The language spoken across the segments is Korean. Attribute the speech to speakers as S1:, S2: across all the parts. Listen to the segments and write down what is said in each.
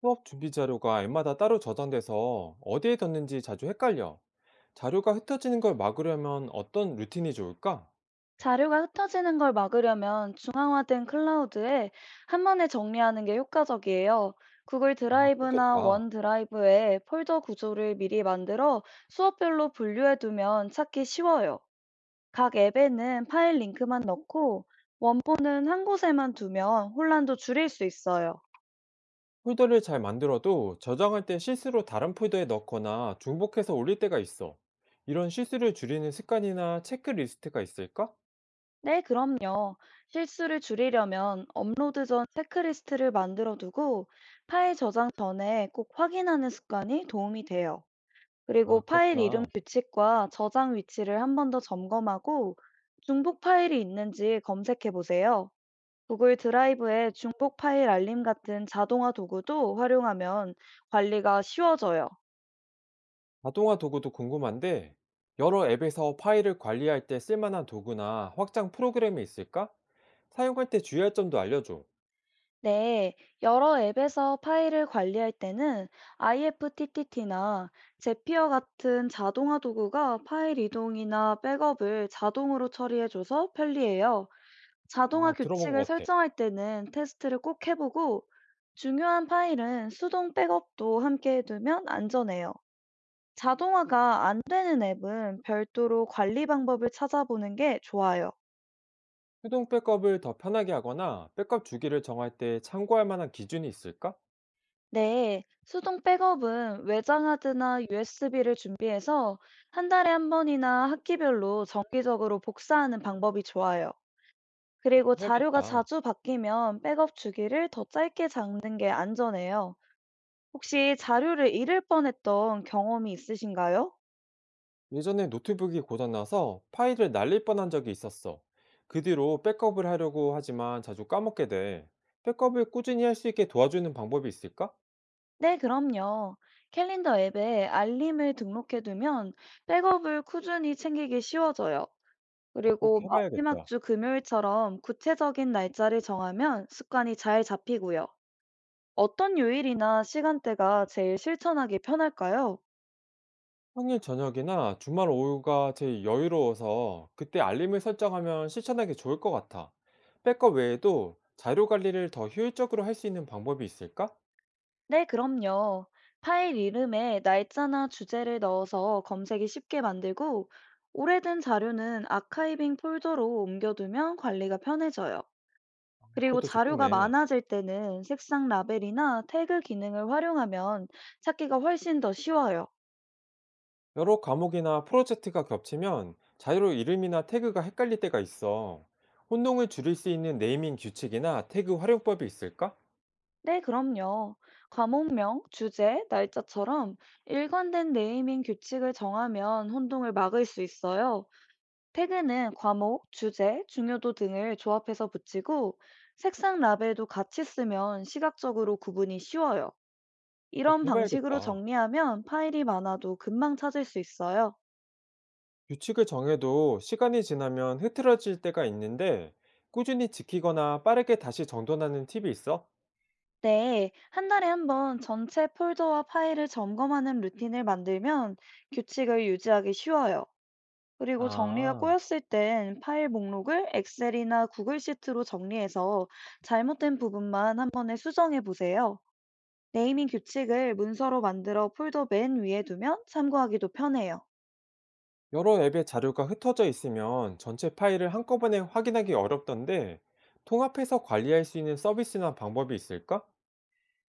S1: 수업 준비 자료가 앱마다 따로 저장돼서 어디에 뒀는지 자주 헷갈려. 자료가 흩어지는 걸 막으려면 어떤 루틴이 좋을까?
S2: 자료가 흩어지는 걸 막으려면 중앙화된 클라우드에 한 번에 정리하는 게 효과적이에요. 구글
S1: 아,
S2: 드라이브나
S1: 그렇겠다.
S2: 원 드라이브에 폴더 구조를 미리 만들어 수업별로 분류해 두면 찾기 쉬워요. 각 앱에는 파일 링크만 넣고 원본은 한 곳에만 두면 혼란도 줄일 수 있어요.
S1: 폴더를 잘 만들어도 저장할 때 실수로 다른 폴더에 넣거나 중복해서 올릴 때가 있어. 이런 실수를 줄이는 습관이나 체크리스트가 있을까?
S2: 네, 그럼요. 실수를 줄이려면 업로드 전 체크리스트를 만들어 두고 파일 저장 전에 꼭 확인하는 습관이 도움이 돼요. 그리고
S1: 아,
S2: 파일 이름
S1: 그렇구나.
S2: 규칙과 저장 위치를 한 번 더 점검하고 중복 파일이 있는지 검색해 보세요. 구글 드라이브의 중복 파일 알림 같은 자동화 도구도 활용하면 관리가 쉬워져요.
S1: 자동화 도구도 궁금한데, 여러 앱에서 파일을 관리할 때 쓸만한 도구나 확장 프로그램이 있을까? 사용할 때 주의할 점도 알려줘.
S2: 네, 여러 앱에서 파일을 관리할 때는 IFTTT나 제피어 같은 자동화 도구가 파일 이동이나 백업을 자동으로 처리해줘서 편리해요. 자동화
S1: 아, 들어본
S2: 규칙을
S1: 것 같아.
S2: 설정할 때는 테스트를 꼭 해보고 중요한 파일은 수동 백업도 함께 해두면 안전해요. 자동화가 안 되는 앱은 별도로 관리 방법을 찾아보는 게 좋아요.
S1: 수동 백업을 더 편하게 하거나 백업 주기를 정할 때 참고할 만한 기준이 있을까?
S2: 네, 수동 백업은 외장하드나 USB를 준비해서 한 달에 한 번이나 학기별로 정기적으로 복사하는 방법이 좋아요. 그리고 자료가
S1: 해야겠다.
S2: 자주 바뀌면 백업 주기를 더 짧게 잡는 게 안전해요. 혹시 자료를 잃을 뻔했던 경험이 있으신가요?
S1: 예전에 노트북이 고장나서 파일을 날릴 뻔한 적이 있었어. 그 뒤로 백업을 하려고 하지만 자주 까먹게 돼. 백업을 꾸준히 할 수 있게 도와주는 방법이 있을까?
S2: 네, 그럼요. 캘린더 앱에 알림을 등록해두면 백업을 꾸준히 챙기기 쉬워져요.
S1: 어, 꼭
S2: 그리고 마지막
S1: 해봐야겠다.
S2: 주 금요일처럼 구체적인 날짜를 정하면 습관이 잘 잡히고요. 어떤 요일이나 시간대가 제일 실천하기 편할까요?
S1: 평일 저녁이나 주말 오후가 제일 여유로워서 그때 알림을 설정하면 실천하기 좋을 것 같아. 백업 외에도 자료 관리를 더 효율적으로 할 수 있는 방법이 있을까?
S2: 네, 그럼요. 파일 이름에 날짜나 주제를 넣어서 검색이 쉽게 만들고, 오래된 자료는 아카이빙 폴더로 옮겨두면 관리가 편해져요. 그리고
S1: 그것도
S2: 자료가
S1: 좋겠네.
S2: 많아질 때는 색상 라벨이나 태그 기능을 활용하면 찾기가 훨씬 더 쉬워요.
S1: 여러 과목이나 프로젝트가 겹치면 자료 이름이나 태그가 헷갈릴 때가 있어. 혼동을 줄일 수 있는 네이밍 규칙이나 태그 활용법이 있을까?
S2: 네, 그럼요. 과목명, 주제, 날짜처럼 일관된 네이밍 규칙을 정하면 혼동을 막을 수 있어요. 태그는 과목, 주제, 중요도 등을 조합해서 붙이고 색상 라벨도 같이 쓰면 시각적으로 구분이 쉬워요. 이런
S1: 그렇게
S2: 방식으로
S1: 해봐야겠다.
S2: 정리하면 파일이 많아도 금방 찾을 수 있어요.
S1: 규칙을 정해도 시간이 지나면 흐트러질 때가 있는데 꾸준히 지키거나 빠르게 다시 정돈하는 팁이 있어?
S2: 네, 한 달에 한 번 전체 폴더와 파일을 점검하는 루틴을 만들면 규칙을 유지하기 쉬워요. 그리고 정리가
S1: 아,
S2: 꼬였을 땐 파일 목록을 엑셀이나 구글 시트로 정리해서 잘못된 부분만 한 번에 수정해 보세요. 네이밍 규칙을 문서로 만들어 폴더 맨 위에 두면 참고하기도 편해요.
S1: 여러 앱의 자료가 흩어져 있으면 전체 파일을 한꺼번에 확인하기 어렵던데 통합해서 관리할 수 있는 서비스나 방법이 있을까?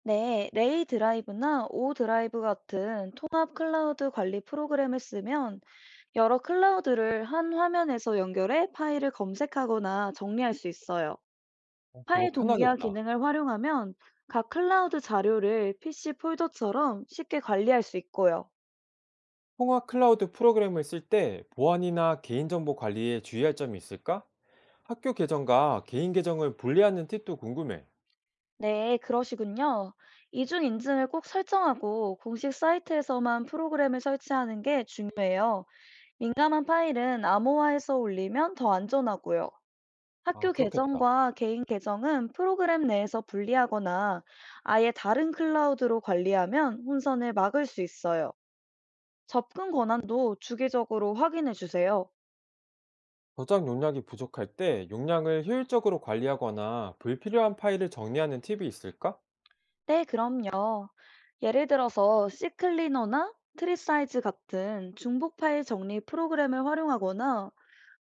S2: 네, 레이 드라이브나 오 드라이브 같은 통합 클라우드 관리 프로그램을 쓰면 여러 클라우드를 한 화면에서 연결해 파일을 검색하거나 정리할 수 있어요.
S1: 어,
S2: 파일
S1: 그거
S2: 동기화
S1: 편하겠다.
S2: 기능을 활용하면 각 클라우드 자료를 PC 폴더처럼 쉽게 관리할 수 있고요.
S1: 통화 클라우드 프로그램을 쓸 때 보안이나 개인정보 관리에 주의할 점이 있을까? 학교 계정과 개인 계정을 분리하는 팁도 궁금해.
S2: 네, 그러시군요. 이중 인증을 꼭 설정하고 공식 사이트에서만 프로그램을 설치하는 게 중요해요. 민감한 파일은 암호화해서 올리면 더 안전하고요.
S1: 아,
S2: 학교
S1: 그렇겠다.
S2: 계정과 개인 계정은 프로그램 내에서 분리하거나 아예 다른 클라우드로 관리하면 혼선을 막을 수 있어요. 접근 권한도 주기적으로 확인해 주세요.
S1: 저장 용량이 부족할 때 용량을 효율적으로 관리하거나 불필요한 파일을 정리하는 팁이 있을까?
S2: 네, 그럼요. 예를 들어서 시클리너나 트리사이즈 같은 중복 파일 정리 프로그램을 활용하거나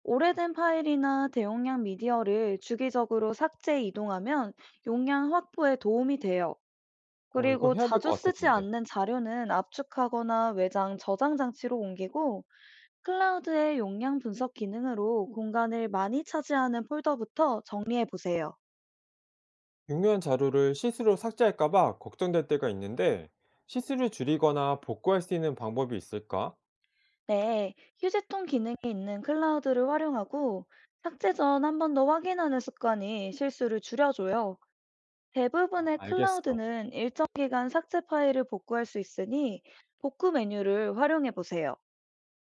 S2: 오래된 파일이나 대용량 미디어를 주기적으로 삭제 이동하면 용량 확보에 도움이 돼요.
S1: 어,
S2: 그리고
S1: 이건 해야 될 것
S2: 자주
S1: 같아,
S2: 쓰지
S1: 근데.
S2: 않는 자료는 압축하거나 외장 저장 장치로 옮기고 클라우드의 용량 분석 기능으로 공간을 많이 차지하는 폴더부터 정리해 보세요.
S1: 중요한 자료를 실수로 삭제할까봐 걱정될 때가 있는데, 실수를 줄이거나 복구할 수 있는 방법이 있을까?
S2: 네, 휴지통 기능이 있는 클라우드를 활용하고 삭제 전 한 번 더 확인하는 습관이 실수를 줄여줘요.
S1: 아,
S2: 대부분의
S1: 알겠어.
S2: 클라우드는 일정 기간 삭제 파일을 복구할 수 있으니 복구 메뉴를 활용해 보세요.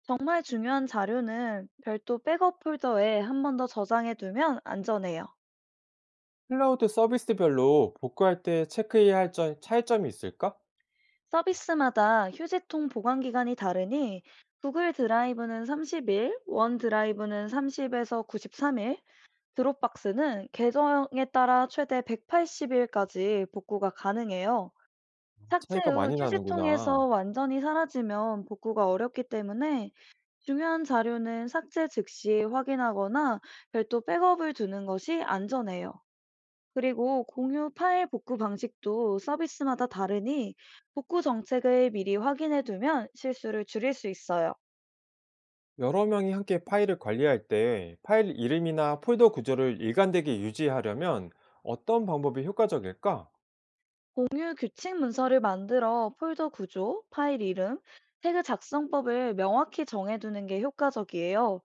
S2: 정말 중요한 자료는 별도 백업 폴더에 한 번 더 저장해 두면 안전해요.
S1: 클라우드 서비스별로 복구할 때 체크해야 할 점, 차이점이 있을까?
S2: 서비스마다 휴지통 보관 기간이 다르니 구글 드라이브는 30일, 원 드라이브는 30에서 93일, 드롭박스는 계정에 따라 최대 180일까지 복구가 가능해요. 삭제
S1: 차이가
S2: 후
S1: 많이
S2: 휴지통에서
S1: 나는구나.
S2: 완전히 사라지면 복구가 어렵기 때문에 중요한 자료는 삭제 즉시 확인하거나 별도 백업을 두는 것이 안전해요. 그리고 공유 파일 복구 방식도 서비스마다 다르니 복구 정책을 미리 확인해 두면 실수를 줄일 수 있어요.
S1: 여러 명이 함께 파일을 관리할 때 파일 이름이나 폴더 구조를 일관되게 유지하려면 어떤 방법이 효과적일까?
S2: 공유 규칙 문서를 만들어 폴더 구조, 파일 이름, 태그 작성법을 명확히 정해두는 게 효과적이에요.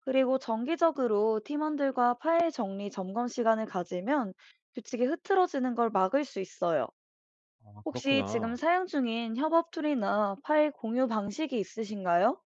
S2: 그리고 정기적으로 팀원들과 파일 정리 점검 시간을 가지면 규칙이 흐트러지는 걸 막을 수 있어요.
S1: 아,
S2: 혹시 지금
S1: 그렇구나.
S2: 사용 중인 협업 툴이나 파일 공유 방식이 있으신가요?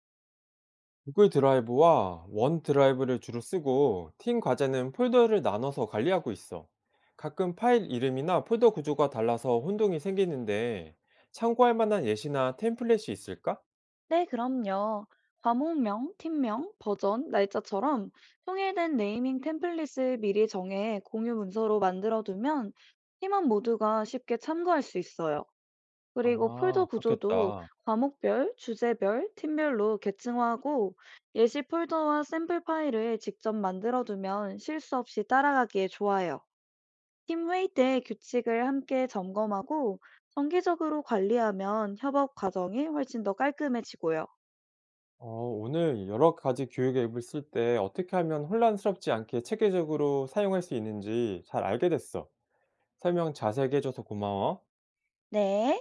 S1: 구글 드라이브와 원 드라이브를 주로 쓰고 팀 과제는 폴더를 나눠서 관리하고 있어. 가끔 파일 이름이나 폴더 구조가 달라서 혼동이 생기는데 참고할 만한 예시나 템플릿이 있을까?
S2: 네, 그럼요. 과목명, 팀명, 버전, 날짜처럼 통일된 네이밍 템플릿을 미리 정해 공유 문서로 만들어 두면 팀원 모두가 쉽게 참고할 수 있어요. 그리고 폴더
S1: 아,
S2: 구조도
S1: 그렇겠다.
S2: 과목별, 주제별, 팀별로 계층화하고 예시 폴더와 샘플 파일을 직접 만들어 두면 실수 없이 따라가기에 좋아요. 팀 회의 때 규칙을 함께 점검하고 정기적으로 관리하면 협업 과정이 훨씬 더 깔끔해지고요.
S1: 어, 오늘 여러 가지 교육 앱을 쓸 때 어떻게 하면 혼란스럽지 않게 체계적으로 사용할 수 있는지 잘 알게 됐어. 설명 자세히게 해줘서 고마워.
S2: 네.